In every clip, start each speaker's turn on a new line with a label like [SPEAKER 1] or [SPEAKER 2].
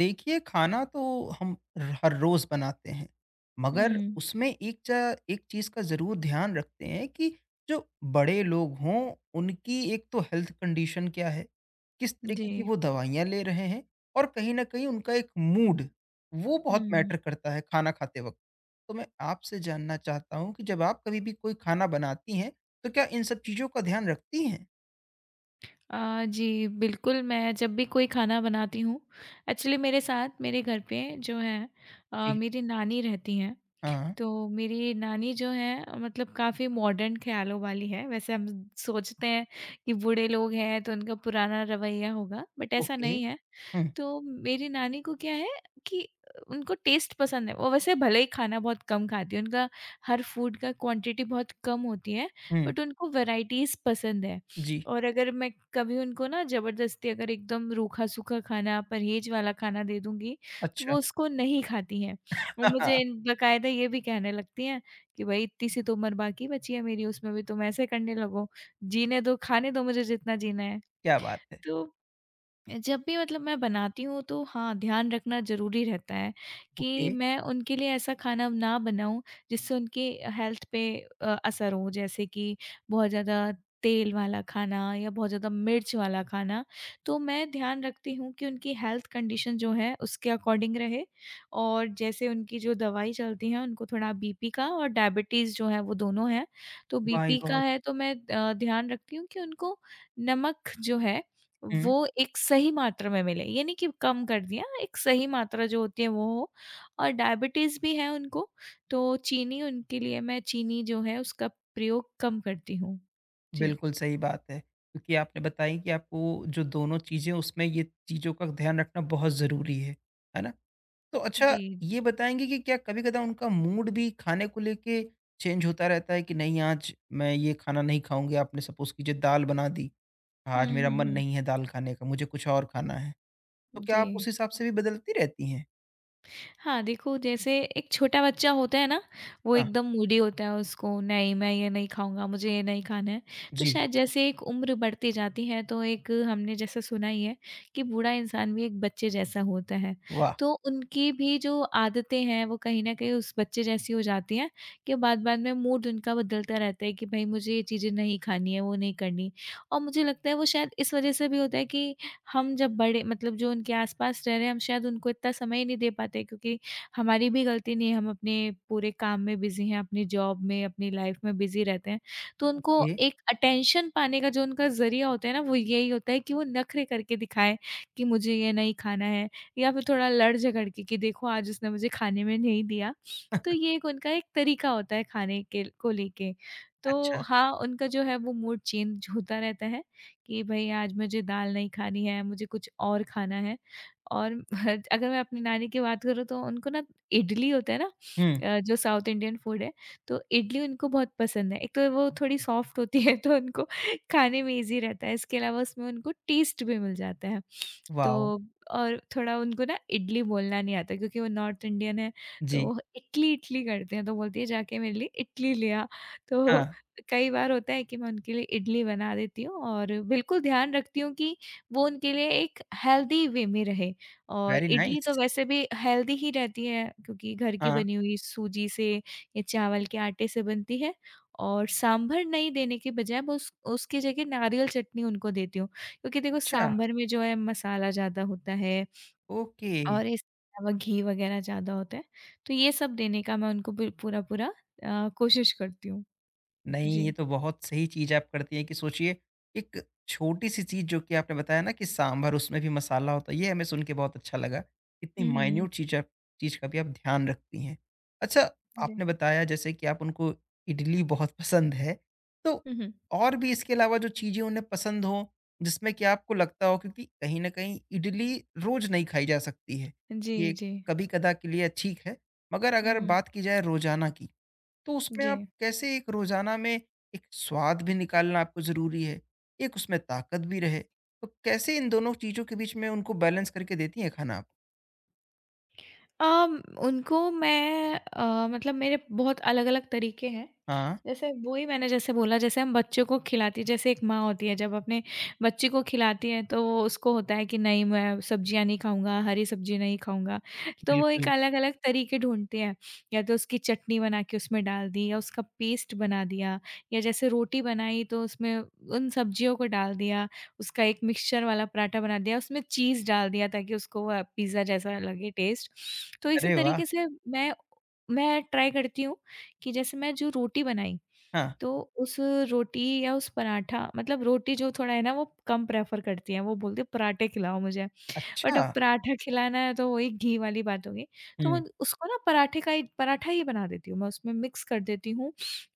[SPEAKER 1] देखिए, खाना तो हम र हर रोज़ बनाते हैं, मगर
[SPEAKER 2] हुँ,
[SPEAKER 1] उसमें एक चीज़ का ज़रूर ध्यान रखते हैं कि जो बड़े लोग हों, उनकी एक तो हेल्थ कंडीशन क्या है, किस
[SPEAKER 2] जी।
[SPEAKER 1] तरीके की वो दवाइयाँ ले रहे हैं और कहीं न कहीं उनका एक मूड, वो बहुत
[SPEAKER 2] हुँ।
[SPEAKER 1] मैटर करता है खाना खाते वक़्त। तो मैं आपसे जानना चाहता हूँ कि जब आप कभी भी कोई खाना बनाती हैं, तो क्या इन सब चीज़ों का ध्यान रखती हैं?
[SPEAKER 2] जी, बिल्कुल, मैं जब भी कोई खाना बनाती हूँ एक्चुअली मेरे साथ मेरे घर पे जो है
[SPEAKER 1] जी।
[SPEAKER 2] मेरी नानी रहती हैं।
[SPEAKER 1] हाँ,
[SPEAKER 2] तो मेरी नानी जो है मतलब काफ़ी मॉडर्न ख़्यालों वाली है। वैसे हम सोचते हैं कि बूढ़े लोग हैं तो उनका पुराना रवैया होगा, बट ऐसा
[SPEAKER 1] ओके।
[SPEAKER 2] नहीं है।
[SPEAKER 1] हुँ,
[SPEAKER 2] तो मेरी नानी को क्या है कि उनको टेस्ट पसंद है। वो वैसे भले ही खाना बहुत कम खाती है, उनका हर फूड का क्वांटिटी बहुत कम होती है,
[SPEAKER 1] हुँ।
[SPEAKER 2] बट उनको वैराइटीज़ पसंद है।
[SPEAKER 1] जी,
[SPEAKER 2] और अगर मैं कभी उनको ना ज़बरदस्ती अगर एकदम रूखा-सूखा खाना, परहेज वाला खाना दे दूँगी, तो
[SPEAKER 1] अच्छा।
[SPEAKER 2] वो उसको नहीं खाती हैं। वो मुझे बाकायदा ये भी कहने लगती हैं कि भई इतनी सी तो उम्र बाकी बची है मेरी, उसमें भी तुम ऐसे करने लगो। जीने दो, खाने दो मुझे जितना जीना है।
[SPEAKER 1] क्या बात है!
[SPEAKER 2] तो जब भी मतलब मैं बनाती हूँ तो हाँ, ध्यान रखना ज़रूरी रहता है
[SPEAKER 1] ओके,
[SPEAKER 2] कि मैं उनके लिए ऐसा खाना ना बनाऊँ जिससे उनकी हेल्थ पे असर हो। जैसे कि बहुत ज़्यादा तेल वाला खाना या बहुत ज़्यादा मिर्च वाला खाना। तो मैं ध्यान रखती हूँ कि उनकी हेल्थ कंडीशन जो है उसके अकॉर्डिंग रहे और जैसे उनकी जो दवाई चलती है उनको थोड़ा बीपी का और डायबिटीज़ जो है वो दोनों है। तो
[SPEAKER 1] माय
[SPEAKER 2] बीपी का
[SPEAKER 1] गॉड!
[SPEAKER 2] है तो मैं ध्यान रखती हूँ कि उनको नमक जो है
[SPEAKER 1] हुँ,
[SPEAKER 2] वो एक सही मात्रा में मिले, ये नहीं कि कम कर दिया, एक सही मात्रा जो होती है वो हो। और डायबिटीज़ भी है उनको, तो चीनी उनके लिए मैं चीनी जो है उसका प्रयोग कम करती हूँ। जी।
[SPEAKER 1] बिल्कुल सही बात है, क्योंकि आपने बताई कि आपको जो दोनों चीज़ें उसमें ये चीज़ों का ध्यान रखना बहुत ज़रूरी है ना? तो अच्छा
[SPEAKER 2] जी।
[SPEAKER 1] ये बताएँगे कि क्या कभी-कदा उनका मूड भी खाने को लेके चेंज होता रहता है कि नहीं आज मैं ये खाना नहीं खाऊँगी, आपने सपोज़ कीजिए दाल बना दी, आज
[SPEAKER 2] हुँ,
[SPEAKER 1] मेरा
[SPEAKER 2] हुँ,
[SPEAKER 1] मन
[SPEAKER 2] हुँ।
[SPEAKER 1] नहीं है दाल खाने का, मुझे कुछ और खाना है, तो क्या
[SPEAKER 2] जी।
[SPEAKER 1] आप उस हिसाब से भी बदलती रहती हैं?
[SPEAKER 2] हाँ, देखो जैसे एक छोटा बच्चा होता है ना, वो
[SPEAKER 1] हाँ,
[SPEAKER 2] एकदम मूडी होता है उसको नहीं मैं ये नहीं खाऊँगा, मुझे ये नहीं खाना है। तो
[SPEAKER 1] जी,
[SPEAKER 2] शायद जैसे एक उम्र बढ़ती जाती है तो एक हमने जैसे सुना ही है कि बूढ़ा इंसान भी एक बच्चे जैसा होता है।
[SPEAKER 1] वाह!
[SPEAKER 2] तो उनकी भी जो आदतें हैं वो कहीं न कहीं उस बच्चे जैसी हो जाती हैं कि बाद-बाद में मूड उनका बदलता रहता है कि भई मुझे ये चीज़ें नहीं खानी है, वो नहीं करनी। और मुझे लगता है वो शायद इस वज़ह से भी होता है कि हम जब बड़े मतलब जो उनके आसपास रह रहे हैं, हम शायद उनको इतना समय ही नहीं दे पाते क्योंकि हमारी भी गलती नहीं है, हम अपने पूरे काम में बिज़ी हैं, अपनी जॉब में, अपनी लाइफ में बिज़ी रहते हैं। तो उनको
[SPEAKER 1] ओके,
[SPEAKER 2] एक अटेंशन पाने का जो उनका ज़रिया होता है ना, वो यही होता है कि वो नखरे करके दिखाएँ कि मुझे ये नहीं खाना है या फिर थोड़ा लड़-झगड़ के कि देखो आज उसने मुझे खाने में नहीं दिया। तो ये एक उनका एक तरीका होता है खाने के को लेके। तो
[SPEAKER 1] अच्छा,
[SPEAKER 2] हाँ, उनका जो है वो मूड चेंज होता रहता है। कि भई आज मुझे दाल नहीं खानी है, मुझे कुछ और खाना है और अगर मैं अपनी नानी की बात करूँ तो उनको ना इडली होता है ना
[SPEAKER 1] हुँ,
[SPEAKER 2] जो साउथ इंडियन फूड है, तो इडली उनको बहुत पसंद है। एक तो वो थोड़ी सॉफ्ट होती है तो उनको खाने में ईज़ी रहता है, इसके अलावा उसमें उनको टेस्ट भी मिल जाता है। तो
[SPEAKER 1] वॉव!
[SPEAKER 2] और थोड़ा उनको ना इडली बोलना नहीं आता क्योंकि वो नॉर्थ इंडियन है,
[SPEAKER 1] जी,
[SPEAKER 2] तो इटली-इटली करते हैं, तो बोलती है जाके मेरे लिए इटली ले आ। तो
[SPEAKER 1] हाँ।
[SPEAKER 2] कई बार होता है कि मैं उनके लिए इडली बना देती हूँ और बिल्कुल ध्यान रखती हूँ कि वो उनके लिए एक हेल्दी वे में रहे और
[SPEAKER 1] वेरी
[SPEAKER 2] इडली तो
[SPEAKER 1] नाइस
[SPEAKER 2] वैसे भी हेल्दी ही रहती है क्योंकि घर की
[SPEAKER 1] हाँ,
[SPEAKER 2] बनी हुई सूजी से या चावल के आटे से बनती है और सांभर नहीं देने के बजाय मैं उस उसकी जगह नारियल चटनी उनको देती हूँ क्योंकि देखो
[SPEAKER 1] अच्छा,
[SPEAKER 2] सांभर में जो है मसाला ज़्यादा होता है
[SPEAKER 1] ओके।
[SPEAKER 2] और इसके अलावा घी वगैरह ज़्यादा होता है तो ये सब देने का मैं उनको पूरा पूरा कोशिश करती हूँ
[SPEAKER 1] नहीं, ये
[SPEAKER 2] जी
[SPEAKER 1] तो बहुत सही चीज़ आप करती हैं कि सोचिए, एक छोटी-सी चीज़ जो कि आपने बताया ना कि सांभर उसमें भी मसाला होता है, ये हमें सुन के बहुत अच्छा लगा। इतनी
[SPEAKER 2] हम्म
[SPEAKER 1] माइन्यूट चीज़ आप चीज़ का भी आप ध्यान रखती हैं। अच्छा,
[SPEAKER 2] जी।
[SPEAKER 1] आपने बताया जैसे कि आप उनको इडली बहुत पसंद है, तो
[SPEAKER 2] हुँ, हुँ।
[SPEAKER 1] और भी इसके अलावा जो चीज़ें उन्हें पसंद हों, जिसमें कि आपको लगता हो क्योंकि कहीं न कहीं इडली रोज़ नहीं खाई जा सकती है।
[SPEAKER 2] जी,
[SPEAKER 1] ये
[SPEAKER 2] जी।
[SPEAKER 1] कभी-कदा के लिए ठीक है, मगर
[SPEAKER 2] हुँ,
[SPEAKER 1] अगर
[SPEAKER 2] हुँ।
[SPEAKER 1] बात की जाए रोज़ाना की, तो उसमें
[SPEAKER 2] जी।
[SPEAKER 1] आप कैसे एक रोज़ाना में एक स्वाद भी निकालना आपको ज़रूरी है, एक उसमें ताकत भी रहे, तो कैसे इन दोनों चीज़ों के बीच में उनको बैलेंस करके देती हैं खाना आप?
[SPEAKER 2] अम, उनको मैं मतलब मेरे बहुत अलग-अलग तरीके हैं।
[SPEAKER 1] हाँ,
[SPEAKER 2] जैसे वही मैंने जैसे बोला जैसे हम बच्चों को खिलाती है जैसे एक माँ होती है जब अपने बच्चे को खिलाती है तो वो उसको होता है कि नहीं मैं सब्जियाँ नहीं खाऊँगा, हरी सब्ज़ी नहीं खाऊँगा। तो वो एक
[SPEAKER 1] बिल्कुल।
[SPEAKER 2] अलग-अलग तरीके ढूँढती है। या तो उसकी चटनी बना के उसमें डाल दी या उसका पेस्ट बना दिया या जैसे रोटी बनाई तो उसमें उन सब्जियों को डाल दिया उसका एक मिक्सचर वाला पराठा बना दिया, उसमें चीज़ डाल दिया ताकि उसको वो पिज़्ज़ा जैसा लगे टेस्ट। तो इसी
[SPEAKER 1] अरे वाह!
[SPEAKER 2] तरीके से मैं ट्राई करती हूँ कि जैसे मैं जो रोटी बनाई,
[SPEAKER 1] हाँ,
[SPEAKER 2] तो उस रोटी या उस पराठा मतलब रोटी जो थोड़ा है ना वो कम प्रेफ़र करती हैं, वो बोलती हैं पराठे खिलाओ मुझे।
[SPEAKER 1] अच्छा।
[SPEAKER 2] बट अब पराठा खिलाना है तो वही घी वाली बात हो गई। तो मैं
[SPEAKER 1] हुँ,
[SPEAKER 2] उसको ना पराठे का ही पराठा ही बना देती हूँ, मैं उसमें मिक्स कर देती हूँ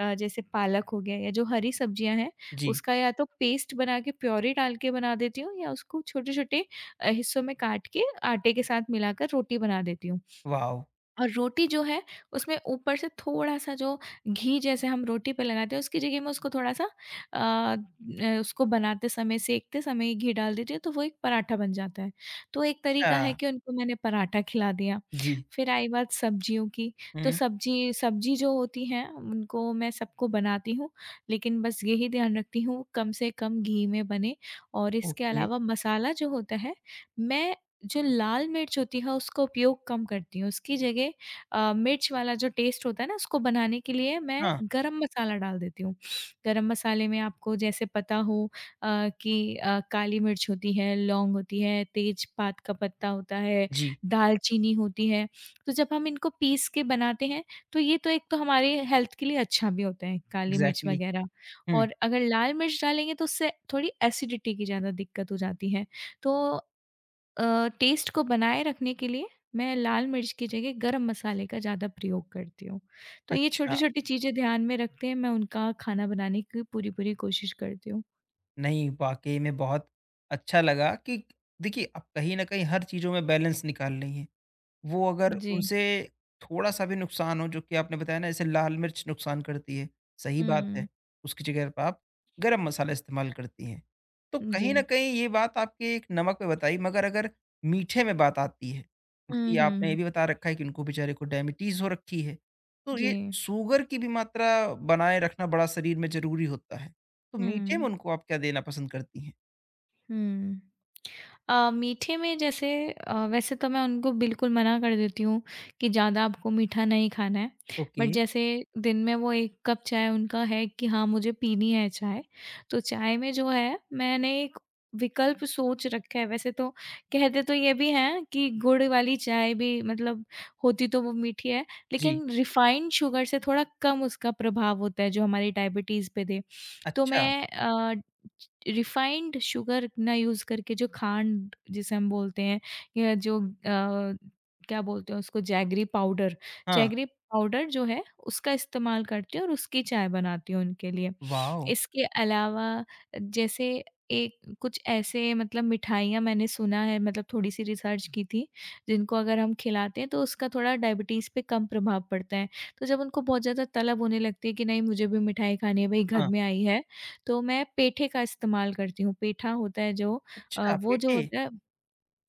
[SPEAKER 2] जैसे पालक हो गया या जो हरी सब्जियाँ हैं,
[SPEAKER 1] जी।
[SPEAKER 2] उसका या तो पेस्ट बना के प्योरी डाल के बना देती हूँ या उसको छोटे-छोटे हिस्सों में काट के आटे के साथ मिलाकर रोटी बना देती हूँ।
[SPEAKER 1] वॉव!
[SPEAKER 2] और रोटी जो है उसमें ऊपर से थोड़ा-सा जो घी जैसे हम रोटी पे लगाते हैं उसकी जगह में उसको थोड़ा-सा अ, न उसको बनाते समय, सेंकते समय ये घी डाल दीजिए तो वो एक पराठा बन जाता है। तो एक
[SPEAKER 1] अच्छा,
[SPEAKER 2] तरीका है कि उनको मैंने पराठा खिला दिया।
[SPEAKER 1] जी।
[SPEAKER 2] फिर आई बात सब्जियों की, तो
[SPEAKER 1] हुँ,
[SPEAKER 2] सब्जी सब्जी जो होती हैं उनको मैं सबको बनाती हूँ, लेकिन बस यही ध्यान रखती हूँ कम से कम घी में बने और इसके
[SPEAKER 1] ओके।
[SPEAKER 2] अलावा मसाला जो होता है मैं जो लाल मिर्च होती है उसका उपयोग कम करती हूँ। उसकी जगह मिर्च वाला जो टेस्ट होता है ना उसको बनाने के लिए मैं
[SPEAKER 1] हाँ,
[SPEAKER 2] गरम मसाला डाल देती हूँ। गरम मसाले में आपको जैसे पता हो कि काली मिर्च होती है, लौंग होती है, तेजपात का पत्ता होता है,
[SPEAKER 1] जी,
[SPEAKER 2] दालचीनी होती है। तो जब हम इनको पीस के बनाते हैं तो ये तो एक तो हमारे हेल्थ के लिए अच्छा भी होता है काली मिर्च
[SPEAKER 1] इग्ज़ैक्टली।
[SPEAKER 2] वगैरह
[SPEAKER 1] हुँ,
[SPEAKER 2] और अगर लाल मिर्च डालेंगे तो उससे थोड़ी एसिडिटी की ज़्यादा दिक्कत हो जाती है। तो टेस्ट को बनाए रखने के लिए मैं लाल मिर्च की जगह गरम मसाले का ज़्यादा प्रयोग करती हूँ। तो ये
[SPEAKER 1] अच्छा।
[SPEAKER 2] छोटी-छोटी चीज़ें ध्यान में रखते हैं मैं उनका खाना बनाने की पूरी-पूरी कोशिश करती हूँ।
[SPEAKER 1] नहीं, वाक़ई में बहुत अच्छा लगा कि देखिए, आप कहीं न कहीं हर चीज़ों में बैलेंस निकाल रही हैं। वो अगर
[SPEAKER 2] जी।
[SPEAKER 1] उनसे थोड़ा-सा भी नुकसान हो, जो कि आपने बताया ना जैसे लाल मिर्च नुकसान करती है, सही बात है,
[SPEAKER 2] हुँ।
[SPEAKER 1] उसकी जगह पे आप गरम मसाला इस्तेमाल करती हैं। तो
[SPEAKER 2] जी।
[SPEAKER 1] कहीं न कहीं ये बात आपके एक नमक पे बताई मगर अगर मीठे में बात आती है, क्योंकि
[SPEAKER 2] हुँ, हुँ,
[SPEAKER 1] आपने ये
[SPEAKER 2] हुँ।
[SPEAKER 1] भी बता रखा है कि उनको बेचारे को डायबिटीज़ हो रखी है, तो
[SPEAKER 2] जी।
[SPEAKER 1] ये शुगर की भी मात्रा बनाए रखना बड़ा शरीर में ज़रूरी होता है। तो मीठे में
[SPEAKER 2] हुँ,
[SPEAKER 1] उनको आप क्या देना पसंद करती हैं?
[SPEAKER 2] हुँ। मीठे में जैसे वैसे तो मैं उनको बिल्कुल मना कर देती हूँ कि ज़्यादा आपको मीठा नहीं खाना है। बट
[SPEAKER 1] ओके,
[SPEAKER 2] जैसे दिन में वो 1 कप चाय उनका है कि हाँ, मुझे पीनी है चाय। तो चाय में जो है मैंने एक विकल्प सोच रखा है। वैसे तो कहते तो ये भी हैं कि गुड़ वाली चाय भी मतलब होती तो वो मीठी है,
[SPEAKER 1] जी।
[SPEAKER 2] लेकिन रिफाइंड शुगर से थोड़ा कम उसका प्रभाव होता है जो हमारी डायबिटीज़ पे दे। तो
[SPEAKER 1] अच्छा,
[SPEAKER 2] मैं रिफाइंड शुगर ना यूज़ करके जो खांड जिसे हम बोलते हैं या जो क्या बोलते हैं उसको
[SPEAKER 1] हाँ,
[SPEAKER 2] जैगरी पाउडर जो है उसका इस्तेमाल करती हूँ और उसकी चाय बनाती हूँ उनके लिए।
[SPEAKER 1] वॉव!
[SPEAKER 2] इसके अलावा जैसे एक कुछ ऐसे मतलब मिठाइयाँ मैंने सुना है मतलब थोड़ी-सी रिसर्च की थी, जिनको अगर हम खिलाते हैं तो उसका थोड़ा डायबिटीज़ पे कम प्रभाव पड़ता है। तो जब उनको बहुत ज़्यादा तलब होने लगती है कि नहीं मुझे भी मिठाई खानी है, भई घर
[SPEAKER 1] हाँ,
[SPEAKER 2] में आई है तो मैं पेठे का इस्तेमाल करती हूँ। पेठा होता है जो
[SPEAKER 1] अच्छा
[SPEAKER 2] वो जो
[SPEAKER 1] पेठे,
[SPEAKER 2] होता है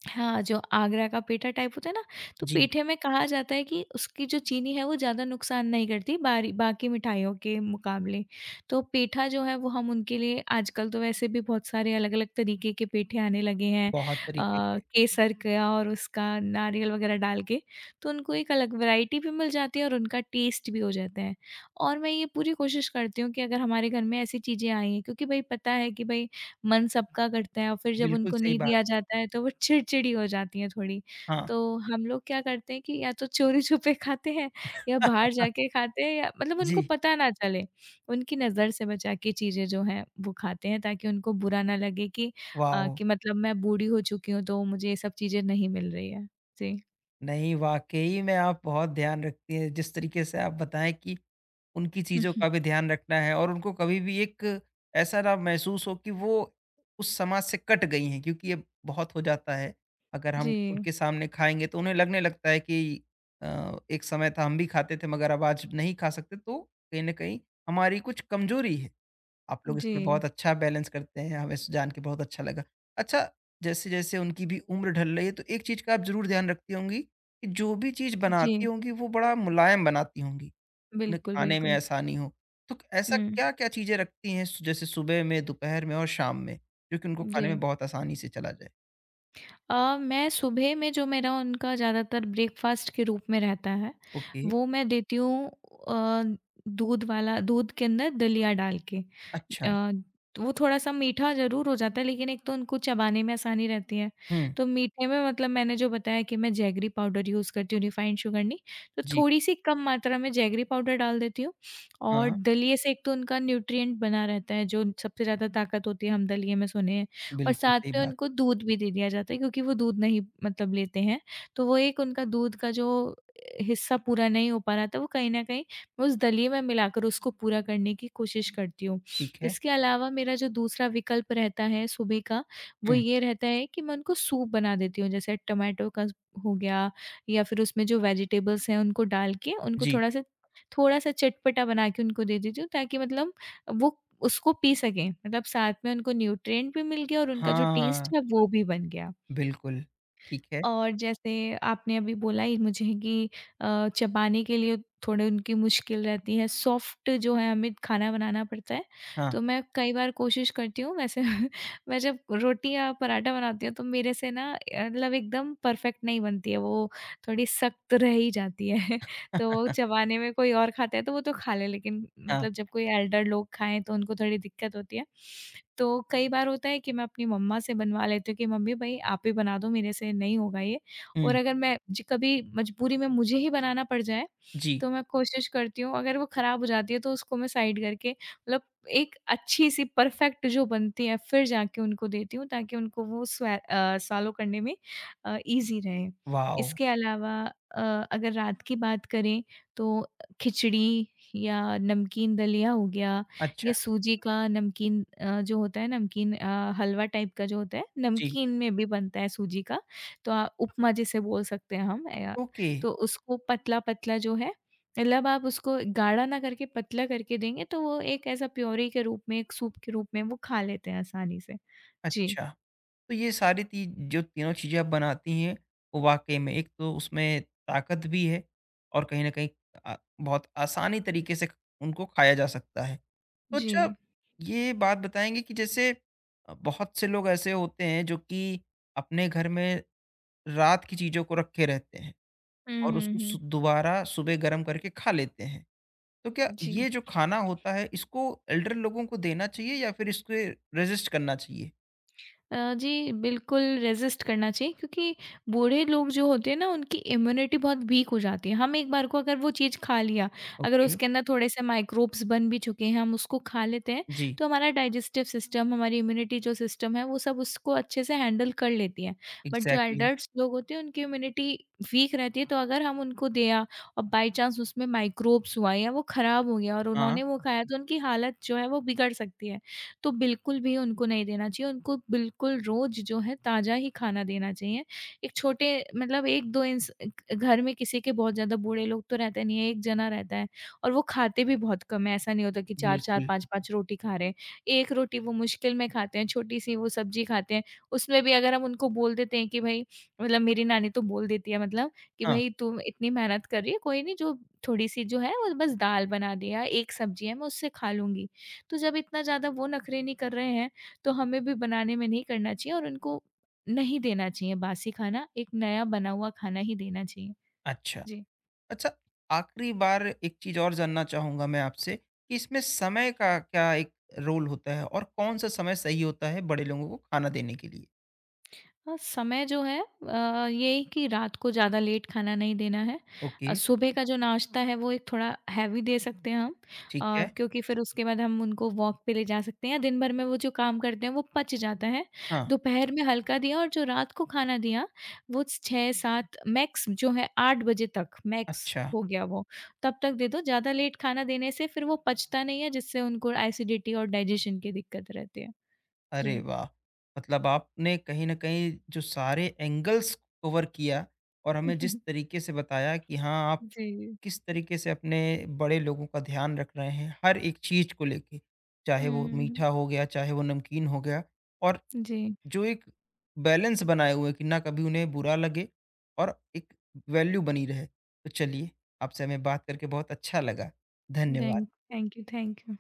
[SPEAKER 2] हाँ, जो आगरा का पेठा टाइप होता है ना, तो
[SPEAKER 1] जी।
[SPEAKER 2] पेठे में कहा जाता है कि उसकी जो चीनी है वो ज़्यादा नुकसान नहीं करती बारी बाकी मिठाइयों के मुकाबले। तो पेठा जो है वो हम उनके लिए आजकल तो वैसे भी बहुत सारे अलग-अलग तरीके के पेठे आने लगे हैं
[SPEAKER 1] बहुत तरीके के
[SPEAKER 2] केसर का और उसका नारियल वग़ैरह डाल के। तो उनको एक अलग वैरायटी भी मिल जाती है और उनका टेस्ट भी हो जाता है। और मैं ये पूरी कोशिश करती हूँ कि अगर हमारे घर में ऐसी चीज़ें आई हैं क्योंकि भई पता है कि भई मन सबका करता है और फिर जब
[SPEAKER 1] बिल्कुल
[SPEAKER 2] उनको
[SPEAKER 1] सही
[SPEAKER 2] नहीं
[SPEAKER 1] बात।
[SPEAKER 2] दिया जाता है तो वो चिड़चिड़ी हो जाती हैं थोड़ी।
[SPEAKER 1] हाँ।
[SPEAKER 2] तो हम लोग क्या करते हैं कि या तो चोरी-छुपे खाते हैं या बाहर जाके खाते हैं या मतलब उनको
[SPEAKER 1] जी,
[SPEAKER 2] पता ना चले। उनकी नज़र से बचा के चीज़ें जो हैं वो खाते हैं ताकि उनको बुरा ना लगे कि
[SPEAKER 1] वाओ!
[SPEAKER 2] कि मतलब मैं बूढ़ी हो चुकी हूँ तो मुझे ये सब चीज़ें नहीं मिल रही है। जी।
[SPEAKER 1] नहीं, वाक़ई में आप बहुत ध्यान रखती हैं, जिस तरीके से आप बताएँ कि उनकी चीज़ों का भी ध्यान रखना है और उनको कभी भी एक ऐसा ना महसूस हो कि वो उस समाज से कट गई हैं, क्योंकि ये बहुत हो जाता है। अगर हम
[SPEAKER 2] जी,
[SPEAKER 1] उनके सामने खाएँगे तो उन्हें लगने लगता है कि एक समय था हम भी खाते थे मगर अब आज नहीं खा सकते, तो कहीं न कहीं हमारी कुछ कमज़ोरी है। आप लोग
[SPEAKER 2] जी,
[SPEAKER 1] इसमें बहुत अच्छा बैलेंस करते हैं, हमें स जान के बहुत अच्छा लगा। अच्छा, जैसे-जैसे उनकी भी उम्र ढल रही है, तो एक चीज़ का आप ज़रूर ध्यान रखती होंगी कि जो भी चीज़
[SPEAKER 2] जी।
[SPEAKER 1] बनाती होंगी, वो बड़ा मुलायम बनाती होंगी, उन्हें
[SPEAKER 2] बिल्कुल,
[SPEAKER 1] खाने में
[SPEAKER 2] बिल्कुल।
[SPEAKER 1] आसानी हो। तो ऐसा
[SPEAKER 2] हुँ,
[SPEAKER 1] क्या-क्या चीज़ें रखती हैं स जैसे सुबह में, दोपहर में और शाम में, जो कि उनको खाने
[SPEAKER 2] जी।
[SPEAKER 1] में बहुत आसानी से चला जाए?
[SPEAKER 2] मैं सुबह में जो मेरा उनका ज़्यादातर ब्रेकफ़ास्ट के रूप में रहता है,
[SPEAKER 1] ओके,
[SPEAKER 2] वो मैं देती हूँ अ, दूध वाला दूध के अंदर दलिया डाल के।
[SPEAKER 1] अच्छा।
[SPEAKER 2] अ, वो थोड़ा-सा मीठा ज़रूर हो जाता है लेकिन एक तो उनको चबाने में आसानी रहती है।
[SPEAKER 1] हुँ,
[SPEAKER 2] तो मीठे में मतलब मैंने जो बताया कि मैं जैगरी पाउडर यूज़ करती हूँ, रिफ़ाइंड शुगर नहीं। तो
[SPEAKER 1] जी।
[SPEAKER 2] थोड़ी-सी कम मात्रा में जैगरी पाउडर डाल देती हूँ, और
[SPEAKER 1] हाँ,
[SPEAKER 2] दलिए से एक तो उनका न्यूट्रिएंट बना रहता है, जो सबसे ज़्यादा ताकत होती है, हम दलिए में सुने हैं। और
[SPEAKER 1] बिल्कुल
[SPEAKER 2] साथ
[SPEAKER 1] सही
[SPEAKER 2] में
[SPEAKER 1] बात।
[SPEAKER 2] उनको दूध भी दे दिया जाता है, क्योंकि वो दूध नहीं मतलब लेते हैं। तो वो एक उनका दूध का जो हिस्सा पूरा नहीं हो पा रहा था, वो कहीं न कहीं मैं उस दलिए में मिलाकर उसको पूरा करने की कोशिश करती हूँ।
[SPEAKER 1] ठीक है।
[SPEAKER 2] इसके अलावा मेरा जो दूसरा विकल्प रहता है सुबह का, वो
[SPEAKER 1] हुँ,
[SPEAKER 2] ये रहता है कि मैं उनको सूप बना देती हूँ। जैसे टोमेटो का हो गया, या फिर उसमें जो वेजिटेबल्स हैं उनको डाल के उनको
[SPEAKER 1] जी।
[SPEAKER 2] थोड़ा-सा थोड़ा-सा चटपटा बना के उनको दे देती हूँ, ताकि मतलब वो उसको पी सकें, मतलब साथ में उनको न्यूट्रिएंट भी मिल गया और उनका जो टेस्ट
[SPEAKER 1] हाँ,
[SPEAKER 2] है वो भी बन गया।
[SPEAKER 1] बिल्कुल। ठीक है।
[SPEAKER 2] और जैसे आपने अभी बोला ही मुझे कि चबाने के लिए थोड़े उनकी मुश्किल रहती है, सॉफ्ट जो है हमें खाना बनाना पड़ता है।
[SPEAKER 1] हाँ।
[SPEAKER 2] तो मैं कई बार कोशिश करती हूँ वैसे। मैं जब रोटी या पराठा बनाती हूँ तो मेरे से ना मतलब एकदम परफेक्ट नहीं बनती है, वो थोड़ी सख्त रह ही जाती है। तो चबाने में कोई और खाता है तो वो तो खा ले, लेकिन
[SPEAKER 1] हाँ,
[SPEAKER 2] मतलब जब कोई एल्डर लोग खाएँ तो उनको थोड़ी दिक्कत होती है। तो कई बार होता है कि मैं अपनी मम्मा से बनवा लेती हूँ कि मम्मी भई आप ही बना दो, मेरे से नहीं होगा ये। और
[SPEAKER 1] हुँ,
[SPEAKER 2] अगर मैं ज कभी मजबूरी में मुझे ही बनाना पड़ जाए
[SPEAKER 1] जी।
[SPEAKER 2] तो मैं कोशिश करती हूँ, अगर वो खराब हो जाती है तो उसको मैं साइड करके मतलब एक अच्छी-सी परफेक्ट जो बनती है फिर जाके उनको देती हूँ, ताकि उनको वो सॉलो करने में ईज़ी रहे।
[SPEAKER 1] वॉव!
[SPEAKER 2] इसके अलावा अगर रात की बात करें तो खिचड़ी या नमकीन दलिया हो गया,
[SPEAKER 1] अच्छा,
[SPEAKER 2] या सूजी का नमकीन जो होता है, नमकीन हलवा टाइप का जो होता है,
[SPEAKER 1] जी,
[SPEAKER 2] नमकीन में भी बनता है सूजी का, तो उपमा जिसे बोल सकते हैं हम,
[SPEAKER 1] ओके,
[SPEAKER 2] तो उसको पतला-पतला जो है, मतलब आप उसको गाढ़ा ना करके पतला करके देंगे तो वो एक ऐसा प्योरी के रूप में, एक सूप के रूप में वो खा लेते हैं आसानी से। जी।
[SPEAKER 1] अच्छा। तो ये सारी ती जो तीनों चीज़ें आप बनाती हैं, वो वाक़ई में एक तो उसमें ताकत भी है और कहीं न कहीं अ, बहुत आसानी तरीके से ख उनको खाया जा सकता है। तो अच्छा,
[SPEAKER 2] जी।
[SPEAKER 1] ये बात बताएँगे कि जैसे बहुत से लोग ऐसे होते हैं जो कि अपने घर में रात की चीज़ों को रखे रहते हैं
[SPEAKER 2] हुँ,
[SPEAKER 1] और
[SPEAKER 2] हुँ,
[SPEAKER 1] उसको सु
[SPEAKER 2] हुँ।
[SPEAKER 1] दोबारा सुबह गरम करके खा लेते हैं। तो क्या
[SPEAKER 2] जी।
[SPEAKER 1] ये जो खाना होता है इसको एल्डर लोगों को देना चाहिए या फिर इसके रेज़िस्ट करना चाहिए?
[SPEAKER 2] जी, बिल्कुल रेज़िस्ट करना चाहिए, क्योंकि बूढ़े लोग जो होते हैं ना उनकी इम्यूनिटी बहुत वीक हो जाती है। हम एक बार को अगर वो चीज़ खा लिया, अगर
[SPEAKER 1] ओके,
[SPEAKER 2] उसके अंदर थोड़े-से माइक्रोब्स बन भी चुके हैं, हम उसको खा लेते हैं,
[SPEAKER 1] जी,
[SPEAKER 2] तो हमारा डाइजेस्टिव सिस्टम, हमारी इम्यूनिटी जो सिस्टम है वो सब उसको अच्छे से हैंडल कर लेती है। बट जो
[SPEAKER 1] एग्ज़ैक्टली
[SPEAKER 2] एडल्ट्स लोग होते हैं उनकी इम्यूनिटी वीक रहती है, तो अगर हम उनको दिया और बाय चांस उसमें माइक्रोब्स हुआ या वो ख़राब हो गया और
[SPEAKER 1] हाँ,
[SPEAKER 2] उन्होंने वो खाया तो उनकी हालत जो है वो बिगड़ सकती है। तो बिल्कुल भी उनको नहीं देना चाहिए। उनको बिल्कुल रोज़ जो है ताज़ा ही खाना देना चाहिए। एक छोटे मतलब 1-2 इंस ग घर में किसी के बहुत ज़्यादा बूढ़े लोग तो रहते नहीं है, 1 जना रहता है और वो खाते भी बहुत कम है। ऐसा नहीं होता कि 4-4
[SPEAKER 1] बिल्कुल,
[SPEAKER 2] 5-5 रोटी खा रहे हैं। 1 रोटी वो मुश्किल में खाते हैं, छोटी-सी वो सब्ज़ी खाते हैं। उसमें भी अगर हम उनको बोल देते हैं कि भई मतलब मेरी नानी तो बोल देती है, मतलब कि
[SPEAKER 1] हाँ,
[SPEAKER 2] भई तुम इतनी मेहनत कर रही है, कोई नहीं, जो थोड़ी-सी जो है वो बस दाल बना दिया, 1 सब्ज़ी है मैं उससे खा लूँगी। तो जब इतना ज़्यादा वो नखरे नहीं कर रहे हैं, तो हमें भी बनाने में नहीं करना चाहिए और उनको नहीं देना चाहिए बासी खाना, एक नया बना हुआ खाना ही देना चाहिए।
[SPEAKER 1] अच्छा।
[SPEAKER 2] जी।
[SPEAKER 1] अच्छा, आखिरी बार एक चीज़ और जानना चाहूँगा मैं आपसे कि इसमें समय का क्या एक रोल होता है और कौन-सा समय सही होता है बड़े लोगों को खाना देने के लिए?
[SPEAKER 2] हाँ, समय जो है, ये कि रात को ज़्यादा लेट खाना नहीं देना है।
[SPEAKER 1] ओके,
[SPEAKER 2] सुबह का जो नाश्ता है वो एक थोड़ा हैवी दे सकते हैं हम,
[SPEAKER 1] ठीक है,
[SPEAKER 2] क्योंकि फिर उसके बाद हम उनको वॉक पे ले जा सकते हैं या दिन भर में वो जो काम करते हैं वो पच जाता है।
[SPEAKER 1] हाँ,
[SPEAKER 2] दोपहर में हल्का दिया, और जो रात को खाना दिया वो 6-7 मैक्स जो है, 8 बजे तक मैक्स
[SPEAKER 1] अच्छा,
[SPEAKER 2] हो गया वो, तब तक दे दो। ज़्यादा लेट खाना देने से फिर वो पचता नहीं है, जिससे उनको एसिडिटी और डाइजेशन की दिक्कत रहती है।
[SPEAKER 1] अरे
[SPEAKER 2] जी।
[SPEAKER 1] वाह! मतलब आपने कहीं न कहीं जो सारे एंगल्स कवर किया और हमें जिस तरीके से बताया कि हाँ, आप
[SPEAKER 2] जी।
[SPEAKER 1] किस तरीके से अपने बड़े लोगों का ध्यान रख रहे हैं हर एक चीज को लेके
[SPEAKER 2] हुँ,
[SPEAKER 1] चाहे वो
[SPEAKER 2] हुँ, हुँ।
[SPEAKER 1] मीठा हो गया चाहे वो नमकीन हो गया और
[SPEAKER 2] Jee,
[SPEAKER 1] जो एक बैलेंस बनाए हुए कि ना कभी उन्हें बुरा लगे और एक वैल्यू बनी रहे तो चलिए आपसे हमें बात करके बहुत अच्छा लगा धन्यवाद।
[SPEAKER 2] thank you, thank you.